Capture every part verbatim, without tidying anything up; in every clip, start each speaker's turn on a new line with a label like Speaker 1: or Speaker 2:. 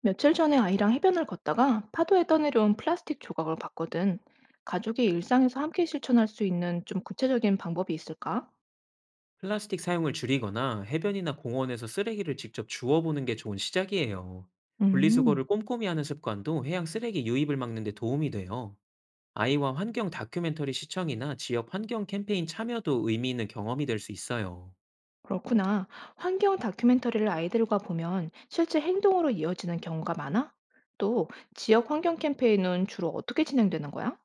Speaker 1: 며칠 전에 아이랑 해변을 걷다가 파도에 떠내려온 플라스틱 조각을 봤거든. 가족이 일상에서 함께 실천할 수 있는 좀 구체적인 방법이 있을까?
Speaker 2: 플라스틱 사용을 줄이거나 해변이나 공원에서 쓰레기를 직접 주워보는 게 좋은 시작이에요.
Speaker 1: 음,
Speaker 2: 분리수거를 꼼꼼히 하는 습관도 해양 쓰레기 유입을 막는 데 도움이 돼요. 아이와 환경 다큐멘터리 시청이나 지역 환경 캠페인 참여도 의미 있는 경험이 될 수 있어요.
Speaker 1: 그렇구나. 환경 다큐멘터리를 아이들과 보면 실제 행동으로 이어지는 경우가 많아? 또 지역 환경 캠페인은 주로 어떻게 진행되는 거야?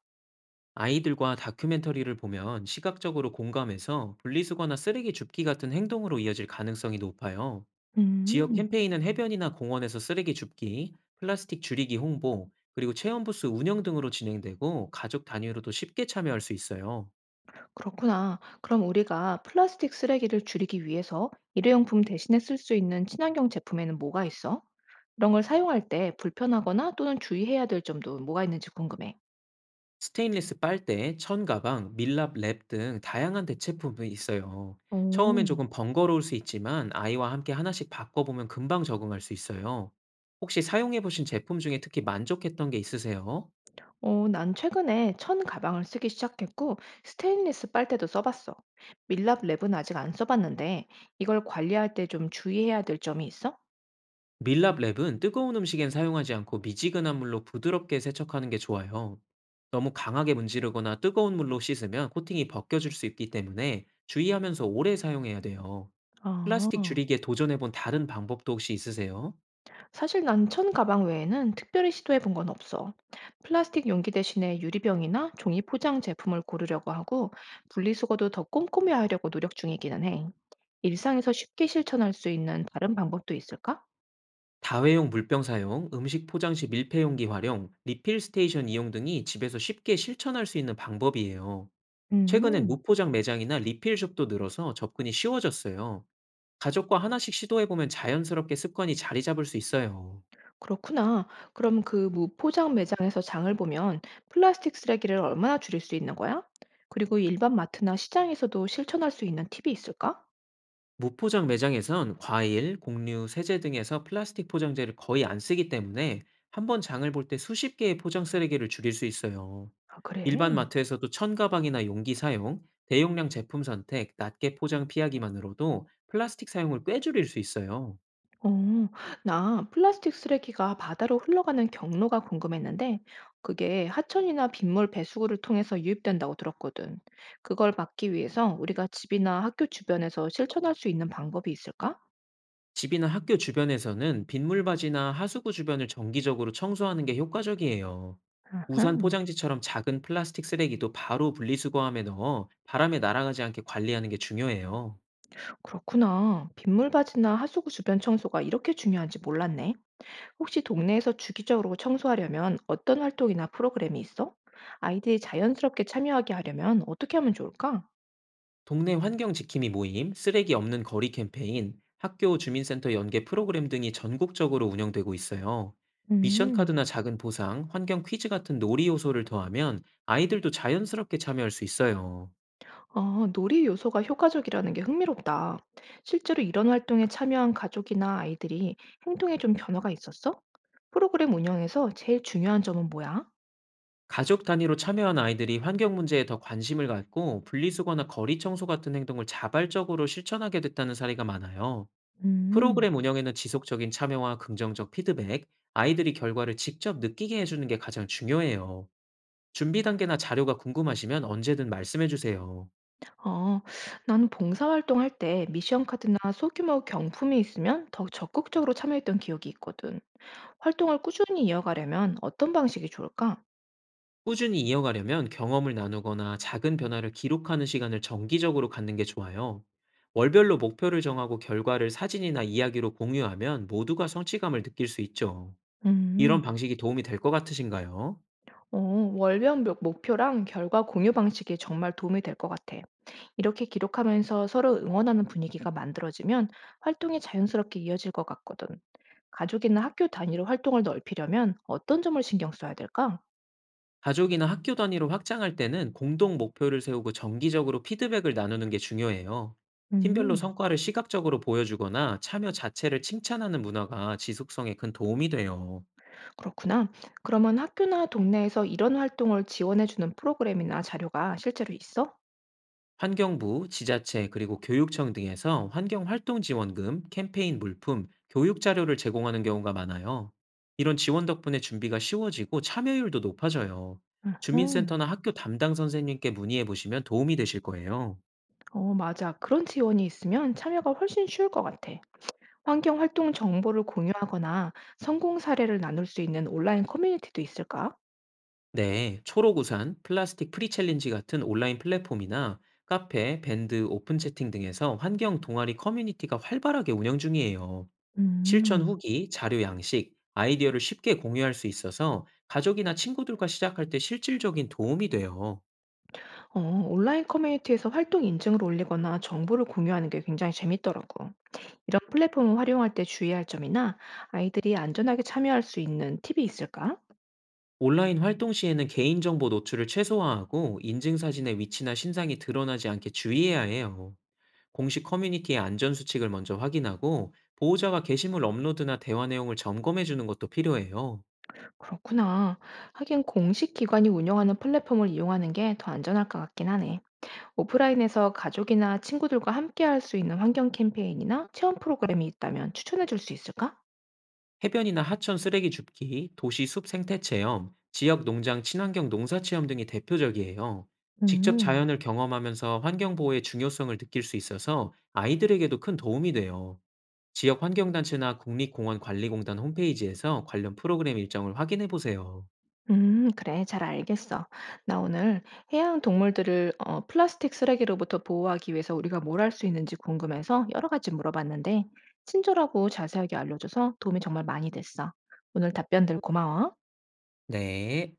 Speaker 2: 아이들과 다큐멘터리를 보면 시각적으로 공감해서 분리수거나 쓰레기 줍기 같은 행동으로 이어질 가능성이 높아요. 지역
Speaker 1: 음.
Speaker 2: 캠페인은 해변이나 공원에서 쓰레기 줍기, 플라스틱 줄이기 홍보, 그리고 체험부스 운영 등으로 진행되고 가족 단위로도 쉽게 참여할 수 있어요.
Speaker 1: 그렇구나. 그럼 우리가 플라스틱 쓰레기를 줄이기 위해서 일회용품 대신에 쓸 수 있는 친환경 제품에는 뭐가 있어? 이런 걸 사용할 때 불편하거나 또는 주의해야 될 점도 뭐가 있는지 궁금해.
Speaker 2: 스테인리스 빨대, 천 가방, 밀랍 랩 등 다양한 대체품이 있어요. 처음엔
Speaker 1: 오,
Speaker 2: 조금 번거로울 수 있지만 아이와 함께 하나씩 바꿔보면 금방 적응할 수 있어요. 혹시 사용해보신 제품 중에 특히 만족했던 게 있으세요?
Speaker 1: 어, 난 최근에 천 가방을 쓰기 시작했고 스테인리스 빨대도 써봤어. 밀랍 랩은 아직 안 써봤는데 이걸 관리할 때 좀 주의해야 될 점이 있어?
Speaker 2: 밀랍랩은 뜨거운 음식엔 사용하지 않고 미지근한 물로 부드럽게 세척하는 게 좋아요. 너무 강하게 문지르거나 뜨거운 물로 씻으면 코팅이 벗겨질 수 있기 때문에 주의하면서 오래 사용해야 돼요.
Speaker 1: 아.
Speaker 2: 플라스틱 줄이기에 도전해본 다른 방법도 혹시 있으세요?
Speaker 1: 사실 난 천 가방 외에는 특별히 시도해 본 건 없어. 플라스틱 용기 대신에 유리병이나 종이 포장 제품을 고르려고 하고 분리수거도 더 꼼꼼히 하려고 노력 중이기는 해. 일상에서 쉽게 실천할 수 있는 다른 방법도 있을까?
Speaker 2: 다회용 물병 사용, 음식 포장 시 밀폐용기 활용, 리필 스테이션 이용 등이 집에서 쉽게 실천할 수 있는 방법이에요. 최근엔
Speaker 1: 음,
Speaker 2: 무포장 매장이나 리필숍도 늘어서 접근이 쉬워졌어요. 가족과 하나씩 시도해보면 자연스럽게 습관이 자리 잡을 수 있어요.
Speaker 1: 그렇구나. 그럼 그 무포장 매장에서 장을 보면 플라스틱 쓰레기를 얼마나 줄일 수 있는 거야? 그리고 일반 마트나 시장에서도 실천할 수 있는 팁이 있을까?
Speaker 2: 무포장 매장에선 과일, 곡류, 세제 등에서 플라스틱 포장재를 거의 안 쓰기 때문에 한번 장을 볼 때 수십 개의 포장 쓰레기를 줄일 수 있어요.
Speaker 1: 아, 그래.
Speaker 2: 일반 마트에서도 천 가방이나 용기 사용, 대용량 제품 선택, 낱개 포장 피하기만으로도 플라스틱 사용을 꽤 줄일 수 있어요.
Speaker 1: 어, 나 플라스틱 쓰레기가 바다로 흘러가는 경로가 궁금했는데, 그게 하천이나 빗물 배수구를 통해서 유입된다고 들었거든. 그걸 막기 위해서 우리가 집이나 학교 주변에서 실천할 수 있는 방법이 있을까?
Speaker 2: 집이나 학교 주변에서는 빗물바지나 하수구 주변을 정기적으로 청소하는 게 효과적이에요. 우산
Speaker 1: 아흠,
Speaker 2: 포장지처럼 작은 플라스틱 쓰레기도 바로 분리수거함에 넣어 바람에 날아가지 않게 관리하는 게 중요해요.
Speaker 1: 그렇구나. 빗물 바지나 하수구 주변 청소가 이렇게 중요한지 몰랐네. 혹시 동네에서 주기적으로 청소하려면 어떤 활동이나 프로그램이 있어? 아이들이 자연스럽게 참여하게 하려면 어떻게 하면 좋을까?
Speaker 2: 동네 환경 지킴이 모임, 쓰레기 없는 거리 캠페인, 학교 주민센터 연계 프로그램 등이 전국적으로 운영되고 있어요. 미션
Speaker 1: 음.
Speaker 2: 카드나 작은 보상, 환경 퀴즈 같은 놀이 요소를 더하면 아이들도 자연스럽게 참여할 수 있어요.
Speaker 1: 아, 놀이 요소가 효과적이라는 게 흥미롭다. 실제로 이런 활동에 참여한 가족이나 아이들이 행동에 좀 변화가 있었어? 프로그램 운영에서 제일 중요한 점은 뭐야?
Speaker 2: 가족 단위로 참여한 아이들이 환경 문제에 더 관심을 갖고 분리수거나 거리 청소 같은 행동을 자발적으로 실천하게 됐다는 사례가 많아요.
Speaker 1: 음,
Speaker 2: 프로그램 운영에는 지속적인 참여와 긍정적 피드백, 아이들이 결과를 직접 느끼게 해주는 게 가장 중요해요. 준비 단계나 자료가 궁금하시면 언제든 말씀해 주세요.
Speaker 1: 어, 나는 봉사활동 할 때 미션 카드나 소규모 경품이 있으면 더 적극적으로 참여했던 기억이 있거든. 활동을 꾸준히 이어가려면 어떤 방식이 좋을까?
Speaker 2: 꾸준히 이어가려면 경험을 나누거나 작은 변화를 기록하는 시간을 정기적으로 갖는 게 좋아요. 월별로 목표를 정하고 결과를 사진이나 이야기로 공유하면 모두가 성취감을 느낄 수 있죠. 이런
Speaker 1: 음.
Speaker 2: 방식이 도움이 될 것 같으신가요?
Speaker 1: 어, 월별 목- 목표랑 결과 공유 방식이 정말 도움이 될 것 같아. 이렇게 기록하면서 서로 응원하는 분위기가 만들어지면 활동이 자연스럽게 이어질 것 같거든. 가족이나 학교 단위로 활동을 넓히려면 어떤 점을 신경 써야 될까?
Speaker 2: 가족이나 학교 단위로 확장할 때는 공동 목표를 세우고 정기적으로 피드백을 나누는 게 중요해요. 팀별로
Speaker 1: 음,
Speaker 2: 성과를 시각적으로 보여주거나 참여 자체를 칭찬하는 문화가 지속성에 큰 도움이 돼요.
Speaker 1: 그렇구나. 그러면 학교나 동네에서 이런 활동을 지원해주는 프로그램이나 자료가 실제로 있어?
Speaker 2: 환경부, 지자체, 그리고 교육청 등에서 환경활동지원금, 캠페인 물품, 교육 자료를 제공하는 경우가 많아요. 이런 지원 덕분에 준비가 쉬워지고 참여율도 높아져요. 주민센터나
Speaker 1: 음.
Speaker 2: 학교 담당 선생님께 문의해 보시면 도움이 되실 거예요.
Speaker 1: 어, 맞아. 그런 지원이 있으면 참여가 훨씬 쉬울 것 같아. 환경 활동 정보를 공유하거나 성공 사례를 나눌 수 있는 온라인 커뮤니티도 있을까?
Speaker 2: 네, 초록우산, 플라스틱 프리 챌린지 같은 온라인 플랫폼이나 카페, 밴드, 오픈 채팅 등에서 환경 동아리 커뮤니티가 활발하게 운영 중이에요. 실천 음.
Speaker 1: 음.
Speaker 2: 후기, 자료 양식, 아이디어를 쉽게 공유할 수 있어서 가족이나 친구들과 시작할 때 실질적인 도움이 돼요.
Speaker 1: 어, 온라인 커뮤니티에서 활동 인증을 올리거나 정보를 공유하는 게 굉장히 재밌더라고. 이런 플랫폼을 활용할 때 주의할 점이나 아이들이 안전하게 참여할 수 있는 팁이 있을까?
Speaker 2: 온라인 활동 시에는 개인정보 노출을 최소화하고 인증사진의 위치나 신상이 드러나지 않게 주의해야 해요. 공식 커뮤니티의 안전 수칙을 먼저 확인하고 보호자가 게시물 업로드나 대화 내용을 점검해 주는 것도 필요해요.
Speaker 1: 그렇구나. 하긴 공식 기관이 운영하는 플랫폼을 이용하는 게 더 안전할 것 같긴 하네. 오프라인에서 가족이나 친구들과 함께 할 수 있는 환경 캠페인이나 체험 프로그램이 있다면 추천해 줄 수 있을까?
Speaker 2: 해변이나 하천 쓰레기 줍기, 도시 숲 생태 체험, 지역 농장 친환경 농사 체험 등이 대표적이에요. 직접
Speaker 1: 음.
Speaker 2: 자연을 경험하면서 환경 보호의 중요성을 느낄 수 있어서 아이들에게도 큰 도움이 돼요. 지역 환경단체나 국립공원관리공단 홈페이지에서 관련 프로그램 일정을 확인해 보세요.
Speaker 1: 음, 그래. 잘 알겠어. 나 오늘 해양 동물들을 어, 플라스틱 쓰레기로부터 보호하기 위해서 우리가 뭘 할 수 있는지 궁금해서 여러 가지 물어봤는데, 친절하고 자세하게 알려줘서 도움이 정말 많이 됐어. 오늘 답변들 고마워.
Speaker 2: 네.